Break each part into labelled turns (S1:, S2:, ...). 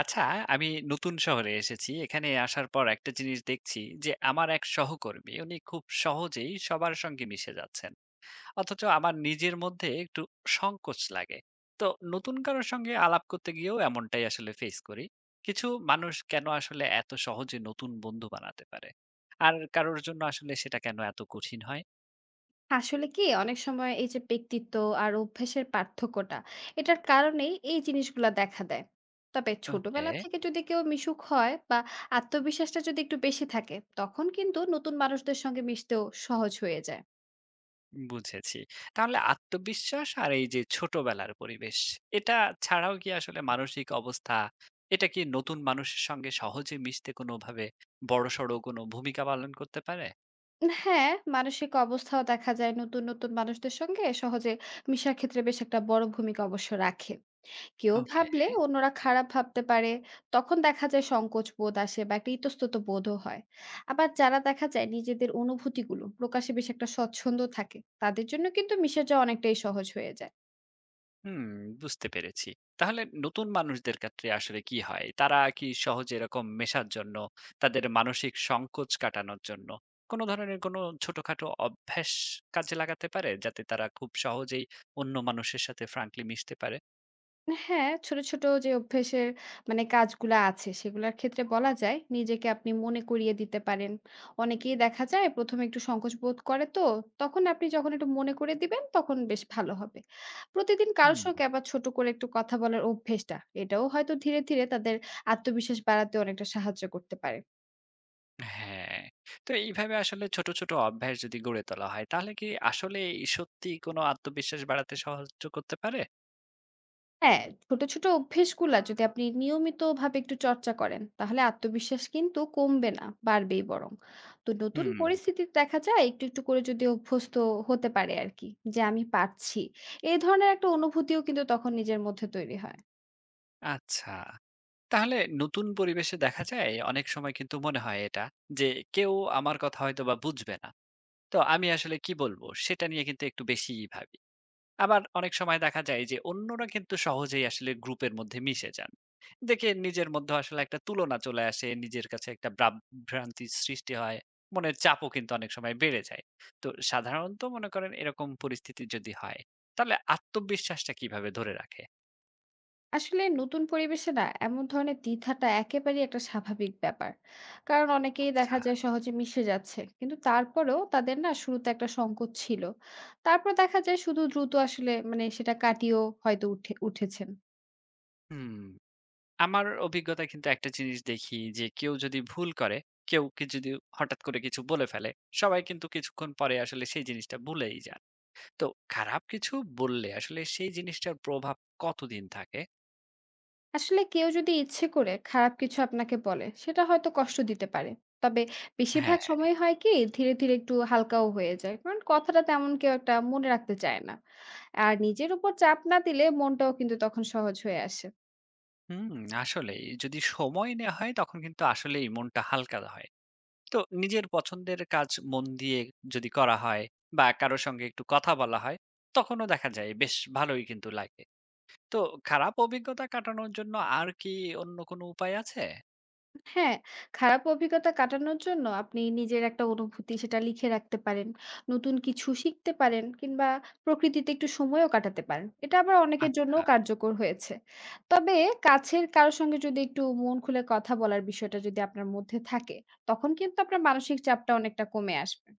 S1: আচ্ছা, আমি নতুন শহরে এসেছি। এখানে আসার পর একটা জিনিস দেখছি যে আমার এক সহকর্মী উনি খুব সহজেই সবার সঙ্গে মিশে যাচ্ছেন। অথচ আমার নিজের মধ্যে একটু সংকোচ লাগে। তো নতুন কারো সঙ্গে আলাপ করতে গিয়েও এমনটাই আসলে ফেস করি। কিছু মানুষ কেন আসলে এত সহজে নতুন বন্ধু বানাতে পারে? আর কারোর জন্য আসলে সেটা কেন এত কঠিন হয়?
S2: আসলে কি অনেক সময় এই যে ব্যক্তিত্ব আর অভ্যেসের পার্থক্যটা এটার কারণেই এই জিনিসগুলা দেখা দেয়। তবে
S1: ওকে।
S2: ছোটবেলা থেকে যদি কেউ মিশুক হয় বা আত্মবিশ্বাসটা যদি একটু বেশি থাকে তখন কিন্তু নতুন মানুষদের সঙ্গে মিশতেও সহজ হয়ে যায়।
S1: বুঝেছি। তাহলে আত্মবিশ্বাস আর এই যে ছোটবেলার পরিবেশ, এটা ছাড়াও কি আসলে মানসিক অবস্থা, এটা কি নতুন মানুষের সঙ্গে সহজে মিশতে কোনোভাবে বড়সড় কোনো ভূমিকা পালন করতে পারে?
S2: হ্যাঁ, মানসিক অবস্থাও দেখা যায় নতুন নতুন মানুষদের সঙ্গে সহজে মিশার ক্ষেত্রে বেশ একটা বড় ভূমিকা অবশ্য রাখে। কেউ
S1: ওকে।
S2: ভাবলে অন্যরা খারাপ ভাবতে পারে, তখন দেখা যায় সংকোচ বোধ আসে বা একটা ইতস্তত বোধও হয়। আবার যারা দেখা যায় নিজেদের অনুভূতিগুলো প্রকাশে বেশ একটা স্বচ্ছন্দ থাকে, তাদের জন্য কিন্তু মিশে যাওয়া অনেকটাই সহজ হয়ে যায়।
S1: হুম, বুঝতে পেরেছি। তাহলে নতুন মানুষদের ক্ষেত্রে আসলে কি হয়? তারা কি সহজে এরকম মেশার জন্য, তাদের মানসিক সংকোচ কাটানোর জন্য কোনো ধরনের কোনো ছোটখাটো অভ্যাস কাজে লাগাতে পারে? যাতে তারা খুব সহজেই অন্য মানুষের সাথে ফ্র্যাঙ্কলি মিশতে পারে?
S2: হ্যাঁ, ছোট, ছোট যে অভ্যাসের মানে কাজগুলা আছে সেগুলার ক্ষেত্রে বলা যায় নিজেকে আপনি মনে করিয়ে দিতে পারেন। অনেকেই দেখা যায় ১ম এ একটু সংকোচ বোধ করে তো, তখন আপনি যখন একটু মনে করে দিবেন তখন বেশ ভালো হবে। প্রতিদিন কারো
S1: হুম।
S2: সঙ্গে আবার ছোট করে একটু কথা বলার অভ্যেসটা এটাও হয়তো ধীরে, ধীরে তাদের আত্মবিশ্বাস বাড়াতে অনেকটা সাহায্য করতে পারে।
S1: হ্যাঁ, তো এইভাবে আসলে ছোট, ছোট অভ্যাস যদি গড়ে তোলা হয়, তাহলে কি আসলে এই সত্যি কোনো আত্মবিশ্বাস বাড়াতে সাহায্য করতে পারে?
S2: হ্যাঁ, ছোট, ছোট অভ্যাসগুলা যদি আপনি নিয়মিতভাবে একটু চর্চা করেন, তাহলে আত্মবিশ্বাস কিন্তু কমবে না, বাড়বেই বরং। তো নতুন
S1: হুম।
S2: পরিস্থিতিতে দেখা যায় একটু, একটু করে যদি অভ্যস্ত হতে পারে আরকি যে, "আমি পারছি।" এই ধরনের একটা অনুভূতিও কিন্তু তখন নিজের মধ্যে তৈরি হয়।
S1: আচ্ছা। তাহলে নতুন পরিবেশে দেখা যায় অনেক সময় কিন্তু মনে হয় এটা যে কেউ আমার কথা হয়তো বা বুঝবে না। তো আমি আসলে কি বলবো সেটা নিয়ে কিন্তু একটু বেশিই ভাবি। আবার অনেক সময় দেখা যায় যে অন্যরা কিন্তু সহজেই আসলে গ্রুপের মধ্যে মিশে যান। দেখে নিজের মধ্যে আসলে একটা তুলনা চলে আসে, নিজের কাছে একটা ভ্রান্তির সৃষ্টি হয়। মনের চাপও কিন্তু অনেক সময় বেড়ে যায়। তো সাধারণত মনে করেন এরকম পরিস্থিতি যদি হয়, তাহলে আত্মবিশ্বাসটা কিভাবে ধরে রাখে?
S2: আসলে নতুন পরিবেশে না এমন ধরনের দ্বিধাটা একেবারেই একটা স্বাভাবিক ব্যাপার, কারণ অনেকেই
S1: আচ্ছা,
S2: দেখা যায় সহজে মিশে যাচ্ছে কিন্তু তারপরেও তাদের না শুরুতে একটা সংকোচ ছিল। তারপর দেখা যায় শুধু দ্রুত আসলে মানে সেটা কাটিয়েও হয়তো উঠে উঠেছেন।
S1: হুম। আমার অভিজ্ঞতায় কিন্তু একটা জিনিস দেখি যে কেউ যদি ভুল করে, কেউ কি যদি হঠাৎ করে কিছু বলে ফেলে, সবাই কিন্তু কিছুক্ষণ পরে আসলে সেই জিনিসটা ভুলেই যান। তো খারাপ কিছু বললে আসলে সেই জিনিসটার প্রভাব কতদিন থাকে?
S2: আসলে কেউ যদি ইচ্ছে করে খারাপ কিছু আপনাকে বলে সেটা হয়তো কষ্ট দিতে পারে। তবে বেশিরভাগ
S1: হ্যাঁ,
S2: সময় হয় কি, ধীরে ধীরে একটু হালকাও হয়ে যায় কারণ কথাটা তেমন কেউ একটা মনে রাখতে চায় না। আর নিজের উপর চাপ না দিলে মনটাও কিন্তু তখন সহজ হয়ে আসে।
S1: হুম, আসলেই যদি সময় নেয়া হয় তখন কিন্তু আসলেই মনটা হালকা হয়। তো নিজের পছন্দের কাজ মন দিয়ে যদি করা হয় বা কারো সঙ্গে একটু কথা বলা হয়, তখনও দেখা যায় বেশ ভালোই কিন্তু লাগে। তো খারাপ অভিজ্ঞতা কাটানোর জন্য আর কি অন্য কোনো উপায় আছে?
S2: হ্যাঁ, খারাপ অভিজ্ঞতা কাটানোর জন্য আপনি নিজের একটা অনুভূতি সেটা লিখে রাখতে পারেন। নতুন কিছু শিখতে পারেন কিংবা প্রকৃতিতে একটু সময়ও কাটাতে পারেন। এটা আবার অনেকের
S1: আচ্ছা।
S2: জন্যও কার্যকর হয়েছে। তবে কাছের কারো সঙ্গে যদি একটু মন খুলে কথা বলার বিষয়টা যদি আপনার মধ্যে থাকে, তখন কিন্তু আপনার মানসিক চাপটা অনেকটা কমে আসবে।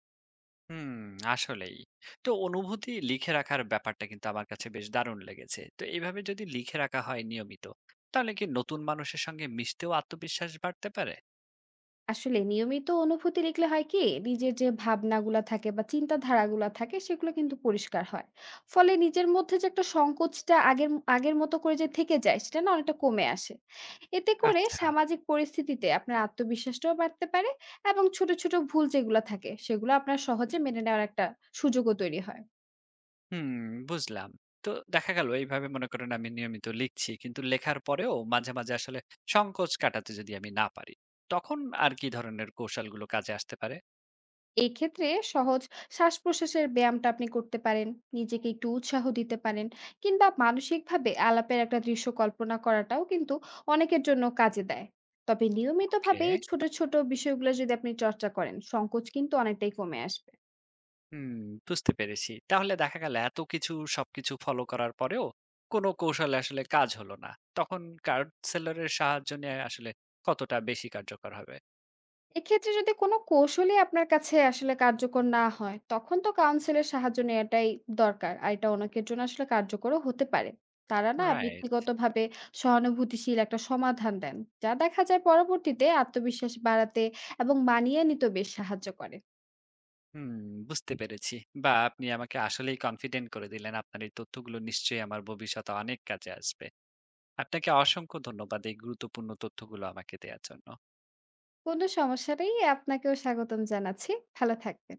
S1: হুম, আসলেই। তো অনুভূতি লিখে রাখার ব্যাপারটা কিন্তু আমার কাছে বেশ দারুণ লেগেছে। তো এভাবে যদি লিখে রাখা হয় নিয়মিত, তাহলে কি নতুন মানুষের সঙ্গে মিশতেও আত্মবিশ্বাস বাড়তে পারে?
S2: আসলে নিয়মিত অনুভূতি লিখলে হয় কি, নিজের যে ভাবনাগুলা থাকে বা চিন্তাধারাগুলা থাকে সেগুলো কিন্তু পরিষ্কার হয়। ফলে নিজের মধ্যে যে একটা সংকোচটা আগের আগের মতো করে যে থেকে যায় সেটা না অনেকটা কমে আসে। এতে করে
S1: আচ্ছা,
S2: সামাজিক পরিস্থিতিতে আপনার আত্মবিশ্বাসটাও বাড়তে পারে এবং ছোট ছোট ভুল যেগুলো থাকে সেগুলো আপনার সহজে মেনে নেওয়ার একটা সুযোগও তৈরি হয়।
S1: হুম, বুঝলাম। তো দেখা গেল এইভাবে মনে করেন আমি নিয়মিত লিখছি, কিন্তু লেখার পরেও মাঝে, মাঝে আসলে সংকোচ কাটাতে যদি আমি না পারি, তখন আর কি ধরনের কৌশলগুলো কাজে আসতে পারে?
S2: এক্ষেত্রে সহজ শ্বাস-প্রশ্বাসের ব্যায়ামটা আপনি করতে পারেন, নিজেকে একটু উৎসাহ দিতে পারেন কিংবা মানসিকভাবে আলাপের একটা দৃশ্য কল্পনা করাটাও কিন্তু অনেকের জন্য কাজে দেয়। তবে
S1: ওকে।
S2: নিয়মিতভাবে এই ছোট, ছোট বিষয়গুলো যদি আপনি চর্চা করেন, সংকোচ কিন্তু অনেকটাই কমে আসবে।
S1: হুম, বুঝতে পেরেছি। তাহলে দেখা গেল এত কিছু সবকিছু ফলো করার পরেও কোনো কৌশলে আসলে কাজ হলো না। তখন কাউন্সেলরের সাহায্য নেয়া আসলে কতটা বেশি কার্যকর হবে?
S2: এক্ষেত্রে যদি কোনো কৌশলই আপনার কাছে আসলে কার্যকর না হয়, তখন তো কাউন্সিলের সাহায্য নেওয়াটাই দরকার। আর এটা অনেকের জন্য আসলে কার্যকরও হতে পারে। তারা না
S1: রাইট।
S2: ব্যক্তিগতভাবে সহানুভূতিশীল একটা সমাধান দেন, যা দেখা যায় পরবর্তীতে আত্মবিশ্বাস বাড়াতে এবং মানিয়ে নিতেও বেশ সাহায্য করে।
S1: হুম, বুঝতে পেরেছি। বা আপনি আমাকে আসলেই কনফিডেন্ট করে দিলেন। আপনার এই তথ্যগুলো নিশ্চয়ই আমার ভবিষ্যতে অনেক কাজে আসবে। আপনাকে অসংখ্য ধন্যবাদ এই গুরুত্বপূর্ণ তথ্যগুলো আমাকে দেয়ার জন্য।
S2: কোনো সমস্যা নেই, আপনাকেও স্বাগতম জানাচ্ছি। ভালো থাকবেন।